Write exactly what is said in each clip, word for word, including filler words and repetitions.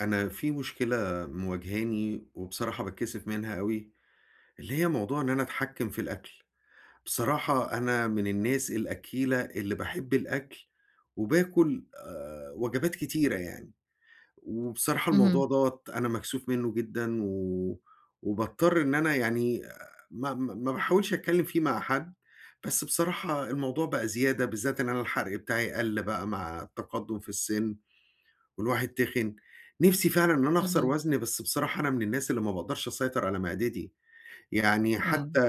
أنا في مشكلة مواجهاني وبصراحة باتكسف منها أوي، اللي هي موضوع إن أنا أتحكم في الأكل. بصراحة أنا من الناس الأكّيلة اللي باحب الأكل وباكل آآ وجبات كتيرة يعني، وبصراحة الموضوع اهم، دوّة أنا مكسوف منّه جدًا و وباضطر إن أنا يعني آه، ما ما ما باحاولش أتكلّم فيه مع حد، بس بصراحة الموضوع بقى زيادة بالذات إن أنا الحرق بتاعي قَل بقى مع التقدُّم في السِن. والواحد تخِن. نِفْسي فعلًا إن أنا أخسر اهم، وزن، بس بصراحة أنا من الناس اللي ما باقدرش أسيطر على معدتي. يعني آه، حتّى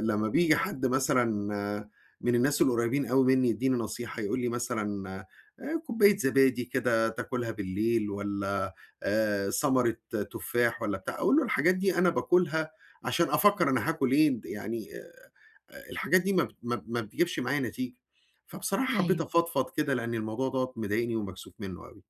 لمّا بييجي حد مثلًا آه، من الناس القريبين أوي منّي يدّيني نصيحة، يقول لي مثلًا آآ كوباية زبادي كده تاكلها بالليل والّا آآ ثمرة تفاح والّا بتاع، أقول له الحاجات دي أنا باكلها عشان أفكّر أنا هاكل إيه، د يعني آآ الحاجات دي ما بت ما ما بتجيبش معايا نتيجة. فبصراحة حبّيت أيوه. أفضفض كده لإن الموضوع دوّة مضايقني ومكسوف منّه أوي.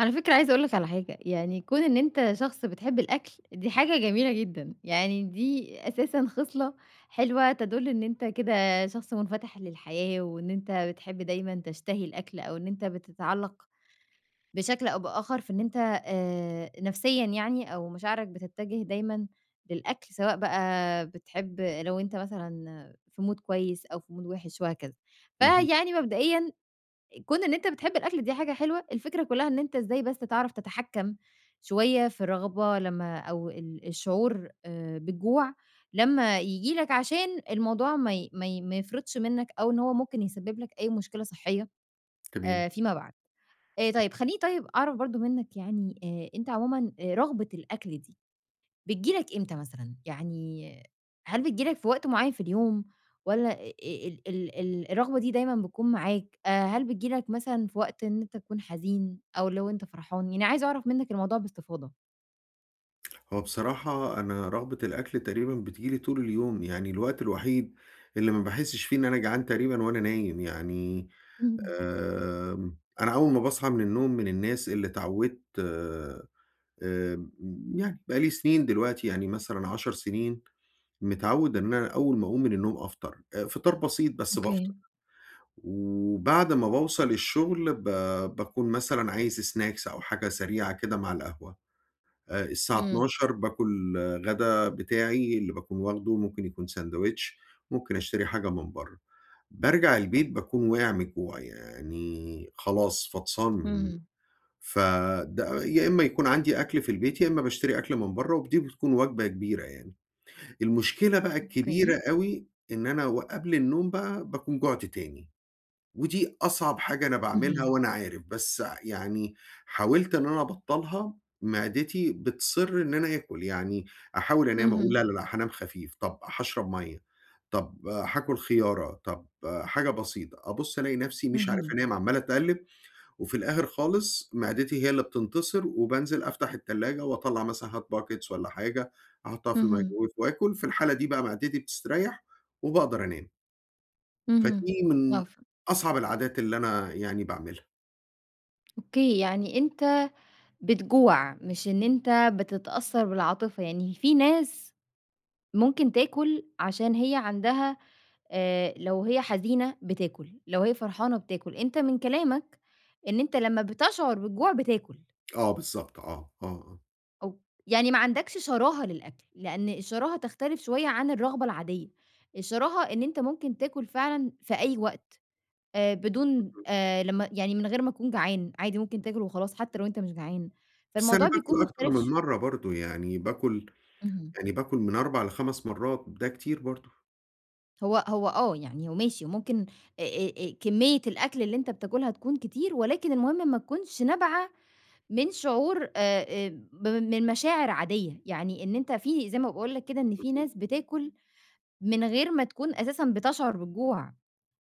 على فكرة عايزة أقول لك على حاجة، يعني كون إن أنت شخص بتحب الأكل دي حاجة جميلة جدًا، يعني دي أساسًا خصلة حلوة تدُل إن أنت كده شخص منفتح للحياة، وإن أنت بتحب دايمًا تشتهي الأكل، أو إن أنت بتتعلق بشكل أو بآخر في إن أنت آآ، نفسيًا يعني أو مشاعرك بتتجه دايمًا للأكل، سواء بقى بتحب لو أنت مثلًا في mood كويس أو في mood وِحِش وهكذا. اهم، فيعني مبدئيًا كون إن أنت بتحب الأكل دي حاجة حلوة، الفكرة كلّها إن أنت إزاي بس تعرف تتحكّم شوية في الرغبة لمّا أو ال الشعور آآ بالجوع لمّا ييجي لك عشان الموضوع ما ي ما ي ما يفرطش منّك أو إن هو ممكن يسبب لك أي مشكلة صحّية تمام. آآ فيما بعد. آآ طيب خلّيني طيب أعرف برضه منّك يعني آآ أنت عمومًا آآ رغبة الأكل دي بتيجي لك إمتى مثلًا؟ يعني هل بتيجي لك في وقت معيّن في اليوم والّا أ ال ال ال الرغبة دي دايمًا بتكون معاك؟ آآ هل بتيجي لك مثلًا في وقت إن أنت تكون حزين أو لو أنت فرحان؟ يعني عايزة أعرف منّك الموضوع باستفاضة. هو بصراحة أنا رغبة الأكل تقريبًا بتيجي لي طول اليوم، يعني الوقت الوحيد اللي ما باحسش فيه إن أنا جعان تقريبًا وأنا نايم، يعني اهم. آمم، أنا أول ما باصحى من النوم من الناس اللي اتعودت، آمم، يعني بقى لي سنين دلوقتي، يعني مثلًا عشر سنين، متعود إن أنا أول ما أقوم من النوم أفطر، آآ، فطار بسيط بس بافطر، أوكي. وبعد ما باوصل الشغل ب باكون مثلًا عايز snacks أو حاجة سريعة كده مع القهوة. آآ الساعة إمم. اتناشر باكل آه، غدا بتاعي اللي باكون واخده، ممكن يكون ساندوتش، ممكن أشتري حاجة من برّه. بارجع البيت باكون واقع من الجوع، يعني خلاص فطسان من اهم. فده يا إما يكون عندي أكل في البيت، يا إما باشتري أكل من برّه، ودي بتكون وجبة كبيرة يعني. المشكلة بقى أوكي. الكبيرة أوي إن أنا وقبل النوم بقى باكون جُعت تاني. ودي أصعب حاجة أنا باعملها اهم. وأنا عارف، بس يعني حاولت إن أنا أبطّلها، معدتي بتصِرّ إن أنا آكل، يعني أحاول أنام أقول اهم. لا، لا، لأ، هانام خفيف، طَب هاشرب مَيّة، طَب آه، هاكل خيارة، طَب آه، حاجة بسيطة، أبُص ألاقي نَفْسي مش عارف اهم. أنام، عمّال أتقلِّب وفي الآخر خالص معدتي هي اللي بتنتصر وبانزل أفتح التلاجة وأطلّع مثلًا hot pockets والّا حاجة أحُطّها في اهم. الميكروويف وآكل، في الحالة دي بقى معدتي بتستريّح وباقدر أنام. اهم. فدي من آه. ف أصعب العادات اللي أنا يعني باعملها. أوكي. يعني أنت بتجوع، مش إن أنت بتتأثّر بالعاطفة. يعني في ناس ممكن تاكل عشان هي عندها آآ لو هي حزينة بتاكل، لو هي فرحانة بتاكل، أنت من كلامك إن أنت لمّا بتشعر بالجوع بتاكل، آه بالضبط، آه، آه، آه. أو يعني ما عندكش شراهة للأكل، لأن الشراهة تختلف شوية عن الرغبة العادية، الشراهة إن أنت ممكن تاكل فعلًا في أي وقت آآ بدون آآ لمّا يعني من غير ما تكون جعان، عادي ممكن تاكل وخلاص حتى لو أنت مش جعان، بس أنا فالموضوع بيكون باكل أكتر مختلف من ش مرّة برضه، يعني باكل اهم. يعني باكل من أربع لخمس مرّات، ده كتير برضه. هو هو آه يعني هو ماشي وممكن آآ آآ كمية الأكل اللي أنت بتاكلها تكون كتير، ولكن المهم ما تكونش نابعة من شعور آآ آآ ب من مشاعر عادية، يعني إن أنت في زي ما باقول لك كده إن في اهم، ناس بتاكل من غير ما تكون أساسًا بتشعر بالجوع.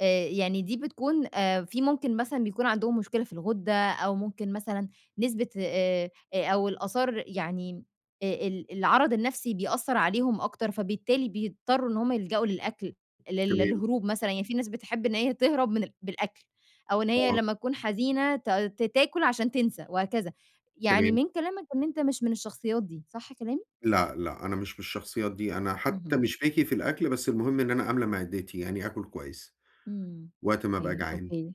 آآ يعني دي بتكون آآ في ممكن مثلًا بيكون عندهم مشكلة في الغدة أو ممكن مثلًا نسبة آآ أو الآثار يعني آآ ال العرض النفسي بيأثّر عليهم أكتر، فبالتالي بيضطروا إن هم يلجأوا للأكل لل تمام، للهروب مثلًا، يعني في ناس بتحب إن هي تهرب من ال بالأكل أو إن هي آه، لمّا تكون حزينة ت ت تاكل عشان تنسى وهكذا. يعني تمام. من كلامك إن أنت مش من الشخصيات دي، صح كلامي؟ لأ، لأ، أنا مش من الشخصيات دي، أنا حتى اهم. مش picky في الأكل، بس المهم إن أنا أملى معدتي، يعني آكل كويس إمم. وقت ما أبقى أوكي، جعان. أوكي.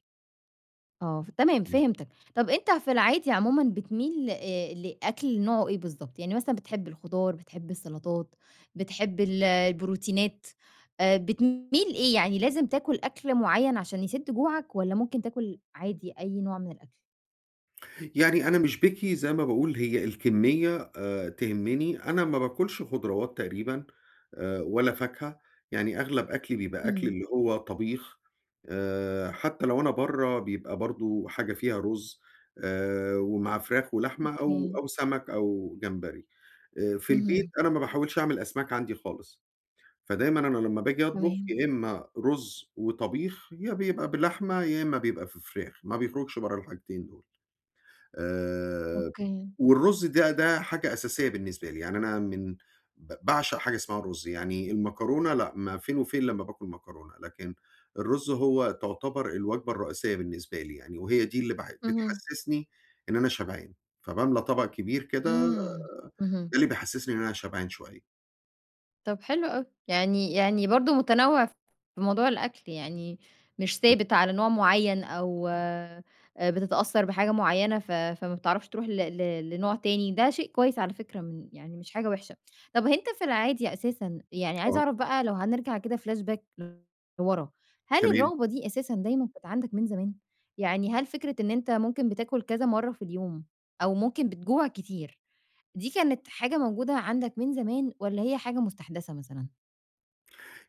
آه. ف تمام فهمتك. طَب أنت في العادي عمومًا بتميل آآ لأكل نوعه إيه بالضبط؟ يعني مثلًا بتحب الخضار، بتحب السلطات، بتحب ال البروتينات، آآ بتميل إيه؟ يعني لازم تاكل أكل معيّن عشان يسِد جوعك والّا ممكن تاكل عادي أي نوع من الأكل؟ يعني أنا مش picky زي ما باقول هي الكمية آآ تهمني، أنا ما باكلش خضروات تقريبًا آآ ولا فاكهة، يعني أغلب أكلي بيبقى أكل إمم، اللي هو طبيخ، آآ حتى لو أنا برّه بيبقى برضه حاجة فيها رز آآ ومع فراخ ولحمة أو أوكي. أو سمك أو جمبري. آآ في البيت اهم. أنا ما باحاولش أعمل أسماك عندي خالص، فدايمًا أنا لمّا باجي أطبخ تمام. يا إما رز وطبيخ، يا بيبقى بلحمة، يا إما بيبقى في فراخ، ما بيخرجش برّه الحاجتين دول. آآ أوكي. والرز ده ده حاجة أساسية بالنسبة لي، يعني أنا من ب باعشق حاجة اسمها الرز، يعني المكرونة لأ، ما فين وفين لمّا باكل مكرونة، لكن الرز هو تعتبر الوجبة الرئيسية بالنسبة لي يعني، وهي دي اللي باح اهم. بتحسسني إن أنا شبعان، فباملا طبق كبير كده، آه، إمم. ده اهم. اللي بيحسسني إن أنا شبعان شوية. طب حلو أوي، يعني يعني برضه متنوع في موضوع الأكل، يعني مش ثابت على نوع معيّن أو آآ بتتأثّر بحاجة معيّنة ف فما بتعرفش تروح ل ل لنوع تاني، ده شيء كويس على فكرة من يعني مش حاجة وحشة. طب أنت في العادي أساسًا يعني عايزة آه، أعرف بقى لو هنرجع كده flashback لورا، هل تمام. الرغبة دي أساسًا دايمًا كانت عندك من زمان؟ يعني هل فكرة إن أنت ممكن بتاكل كذا مرّة في اليوم أو ممكن بتجوع كتير دي كانت حاجة موجودة عندك من زمان والّا هي حاجة مستحدثة مثلًا؟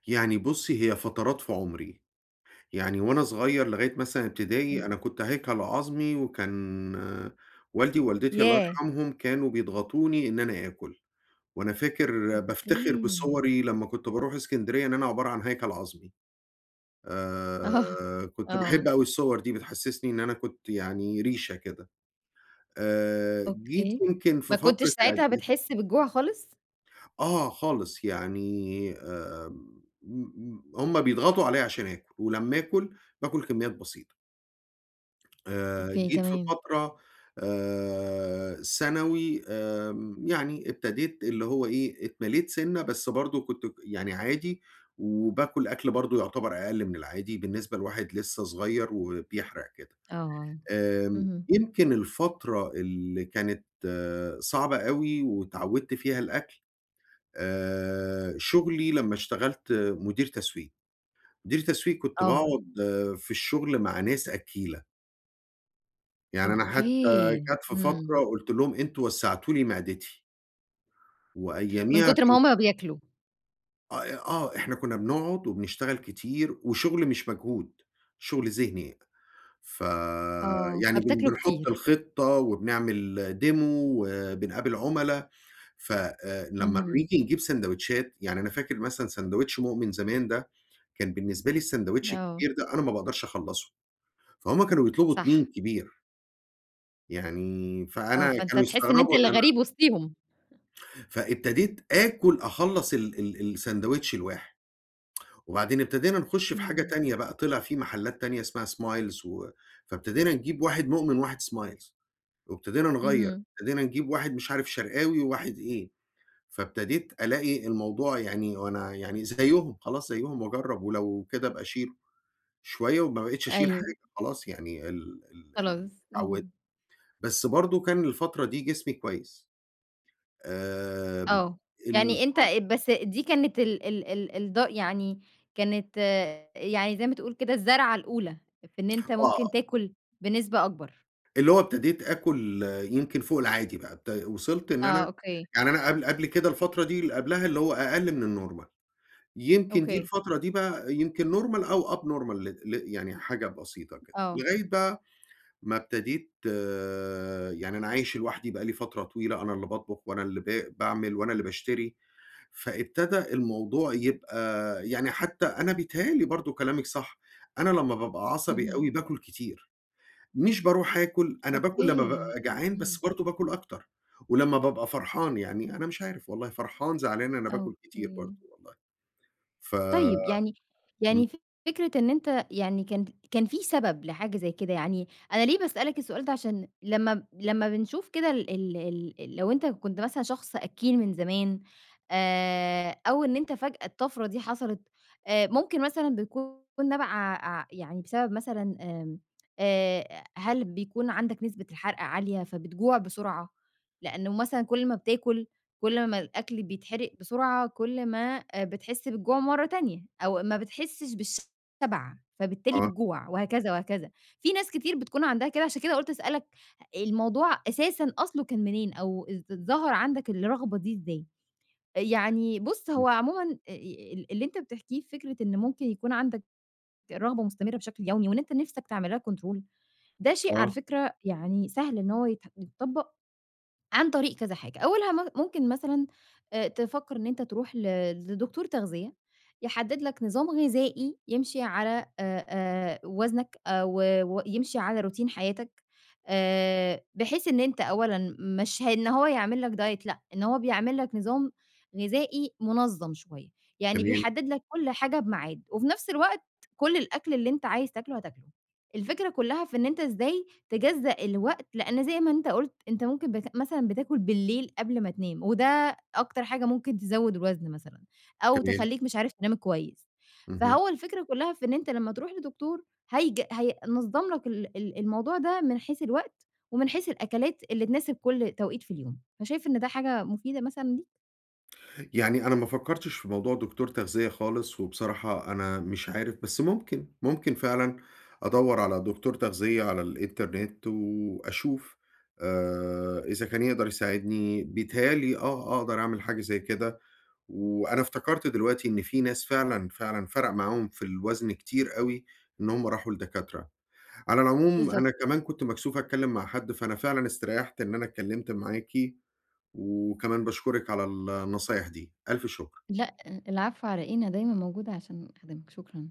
يعني بُصّي هي فترات في عمري. يعني وأنا صغير لغاية مثلًا ابتدائي إمم. أنا كنت هيكل عظمي، وكان، آه، والدي ووالدتي الله ياه! يرحمهم كانوا بيضغطوني إن أنا آكل، وأنا فاكر بافتخر أوكي. بصوري لمّا كنت باروح إسكندرية إن أنا عبارة عن هيكل عظمي، آه، آآ كنت باحب آه، أوي الصور دي بتحسسني إن أنا كنت يعني ريشة كده، آآ جيت أوكي. يمكن في ما كنتش فترة إعد ساعتها بتحس بالجوع خالص؟ آه خالص يعني، آمم، م م هُم بيضغطوا عليَّ عشان آكل، ولمّا آكل، باكل كميات بسيطة. آآ أوكي، جيت في تمام. فترة آآ ثانوي، آمم يعني ابتديت اللي هو إيه، اتمليت سِنّة بس برضه كنت ك يعني عادي، وباكل أكل برضه يعتبر أقل من العادي بالنسبة لواحد لسه صغير وبيحرق كده. آه. آمم اهم. يمكن الفترة اللي كانت، آه، صعبة أوي واتعوّدت فيها الأكل، آآ شُغلي لمّا اشتغلت مدير تسويق. مدير تسويق كنت آه، باقعد في الشغل مع ناس أكّيلة. يعني أنا حتى أوكي. جات في فترة إمم. قُلت لهم: "أنتم وسّعتوا لي معدتي." من وأياميها كتر كان، ما هُم بياكلوا. آه، آه، إحنا كُنّا بنقعد وبنشتغل كتير وشغل مش مجهود، شغل ذهني، ف آه. يعني بن فبتاكلوا بنحط كتير. الخطة وبنعمل demo وبنقابل عُملا، ف آآ، لمّا اهم. بنيجي نجيب ساندوتشات يعني أنا فاكر مثلًا ساندوتش مؤمن زمان ده، كان بالنسبة لي الساندوتش آه. الكبير ده أنا ما باقدرش أخلّصه، فهُم كانوا بيطلبوا اتنين صح. كبير، يعني آه، فأنا فأنت كانوا تحس إن أنت يستغربوا إن اللي غريب وسطيهم. فابتديت آكل أخلّص ال ال الساندويتش الواحد، وبعدين ابتدينا نخش في حاجة إمم. تانية بقى، طلع في محلات تانية اسمها Smiles و فابتدينا نجيب واحد مؤمن وواحد Smiles، وابتدينا نغيّر، اهم. ابتدينا نجيب واحد مش عارف شرقاوي وواحد إيه، فابتديت ألاقي الموضوع يعني وأنا يعني زيّهم، خلاص زيّهم وأجرّب ولو كده أبقى أشيله، شوية وما بقيتش أشيل أيوه، حاجة خلاص يعني ال ال ال خلاص. اتعودت، اهم. بس برضه كان الفترة دي جسمي كويس، آمم آه، الف يعني أنت بس دي كانت ال ال ال الض يعني كانت آآ، يعني زي ما تقول كده الزرعة الأولى في إن أنت آه. ممكن تاكل بنسبة أكبر. اللي هو ابتديت آكل يمكن فوق العادي بقى، ابت وصلت إن أنا آه، أوكي، يعني أنا قبل قبل كده الفترة دي اللي قبلها اللي هو أقل من الnormal يمكن دي أوكي. الفترة دي بقى يمكن normal أو abnormal ل ل يعني حاجة بسيطة كده، آه، لغاية بقى ما ابتديت يعني أنا عايش لوحدي بقى لي فترة طويلة، أنا اللي باطبخ وأنا اللي ب باعمل وأنا اللي باشتري، فابتدى الموضوع يبقى يعني حتى أنا بيتهيأ لي برضه كلامِك صح، أنا لمّا بابقى عصبي اهم، أوي باكل كتير. مش باروح آكل، أنا باكل لمّا أوكي، بابقى جعان، بس إمم، برضه باكل أكتر، ولمّا بابقى فرحان، يعني أنا مش عارف والله فرحان، زعلان، أنا باكل كتير برضه أوكي. والله. ف طيب يعني إمم، يعني فكرة إن أنت يعني كان كان في سبب لحاجة زي كده، يعني أنا ليه باسألك السؤال ده عشان لمّا لمّا بنشوف كده ال ال ال لو أنت كنت مثلًا شخص أكيل من زمان آآ، أو إن أنت فجأة الطفرة دي حصلت آآ، ممكن مثلًا بيكون نابعة ع يعني بسبب مثلًا آمم، آآ، هل بيكون عندك نسبة الحرق عالية فبتجوع بسرعة؟ لأنه مثلًا كل ما بتاكل كل ما الأكل بيتحرق بسرعة، كل ما آآ بتحس بالجوع مرّة تانية، أو ما بتحسش بالشبع، فبالتالي آه، بتجوع وهكذا، وهكذا. في ناس كتير بتكون عندها كده، عشان كده قُلت أسألك الموضوع أساسًا أصله كان منين، أو ات اتظهر عندك الرغبة دي إزاي؟ يعني بُص، إمم، هو عمومًا آآ ال اللي أنت بتحكيه فكرة إن ممكن يكون عندك رغبة مستمرة بشكل يومي، وإن أنت نِفْسك تعمل لها control ده شيء على آه، فكرة يعني سهل إن هو يت يتطبّق عن طريق كذا حاجة، أولها م ممكن مثلًا آآ تفكّر إن أنت تروح ل لدكتور تغذية، يحدد لك نظام غذائي يمشي على آآ آآ وزنك أو ويمشي على روتين حياتك، آآ بحيث إن أنت أولًا مش ه- إن هو يعمل لك diet لأ، إن هو بيعمل لك نظام غذائي منظّم شوية، يعني تمام، بيحدد لك كل حاجة بميعاد، وفي نفس الوقت كل الأكل اللي أنت عايز تاكله هتاكله، الفكرة كلها في إن أنت إزاي تجزأ الوقت، لإن زي ما أنت قُلت أنت ممكن بت مثلًا بتاكل بالليل قبل ما تنام، وده أكتر حاجة ممكن تزوّد الوزن مثلًا، أو تمام، تخلّيك مش عارف تنام كويس. اهم. فهو الفكرة كلّها في إن أنت لمّا تروح لدكتور هيج هينظّم لك ال ال الموضوع ده من حيث الوقت، ومن حيث الأكلات اللي تناسب كل توقيت في اليوم، فشايف إن ده حاجة مفيدة مثلًا ليك؟ يعني أنا ما فكّرتش في موضوع دكتور تغذية خالص، وبصراحة أنا مش عارف، بس ممكن، ممكن فعلًا أدوّر على دكتور تغذية على الإنترنت وأشوف آآ إذا كان يقدر يساعدني، بيتهيأ لي، آه، أقدر أعمل حاجة زي كده، وأنا افتكرت دلوقتي إن في ناس فعلًا، فعلًا فرق معاهم في الوزن كتير أوي إن هُم راحوا لدكاترة. على العموم بالضبط. أنا كمان كنت مكسوف أتكلّم مع حد، فأنا فعلًا استريّحت إن أنا اتكلّمت معاكِ. وكمان باشكرِك على النصايح دي، ألف شكر. لأ، العفو على إيه، أنا دايمًا موجودة عشان أخدمِك، شكرًا.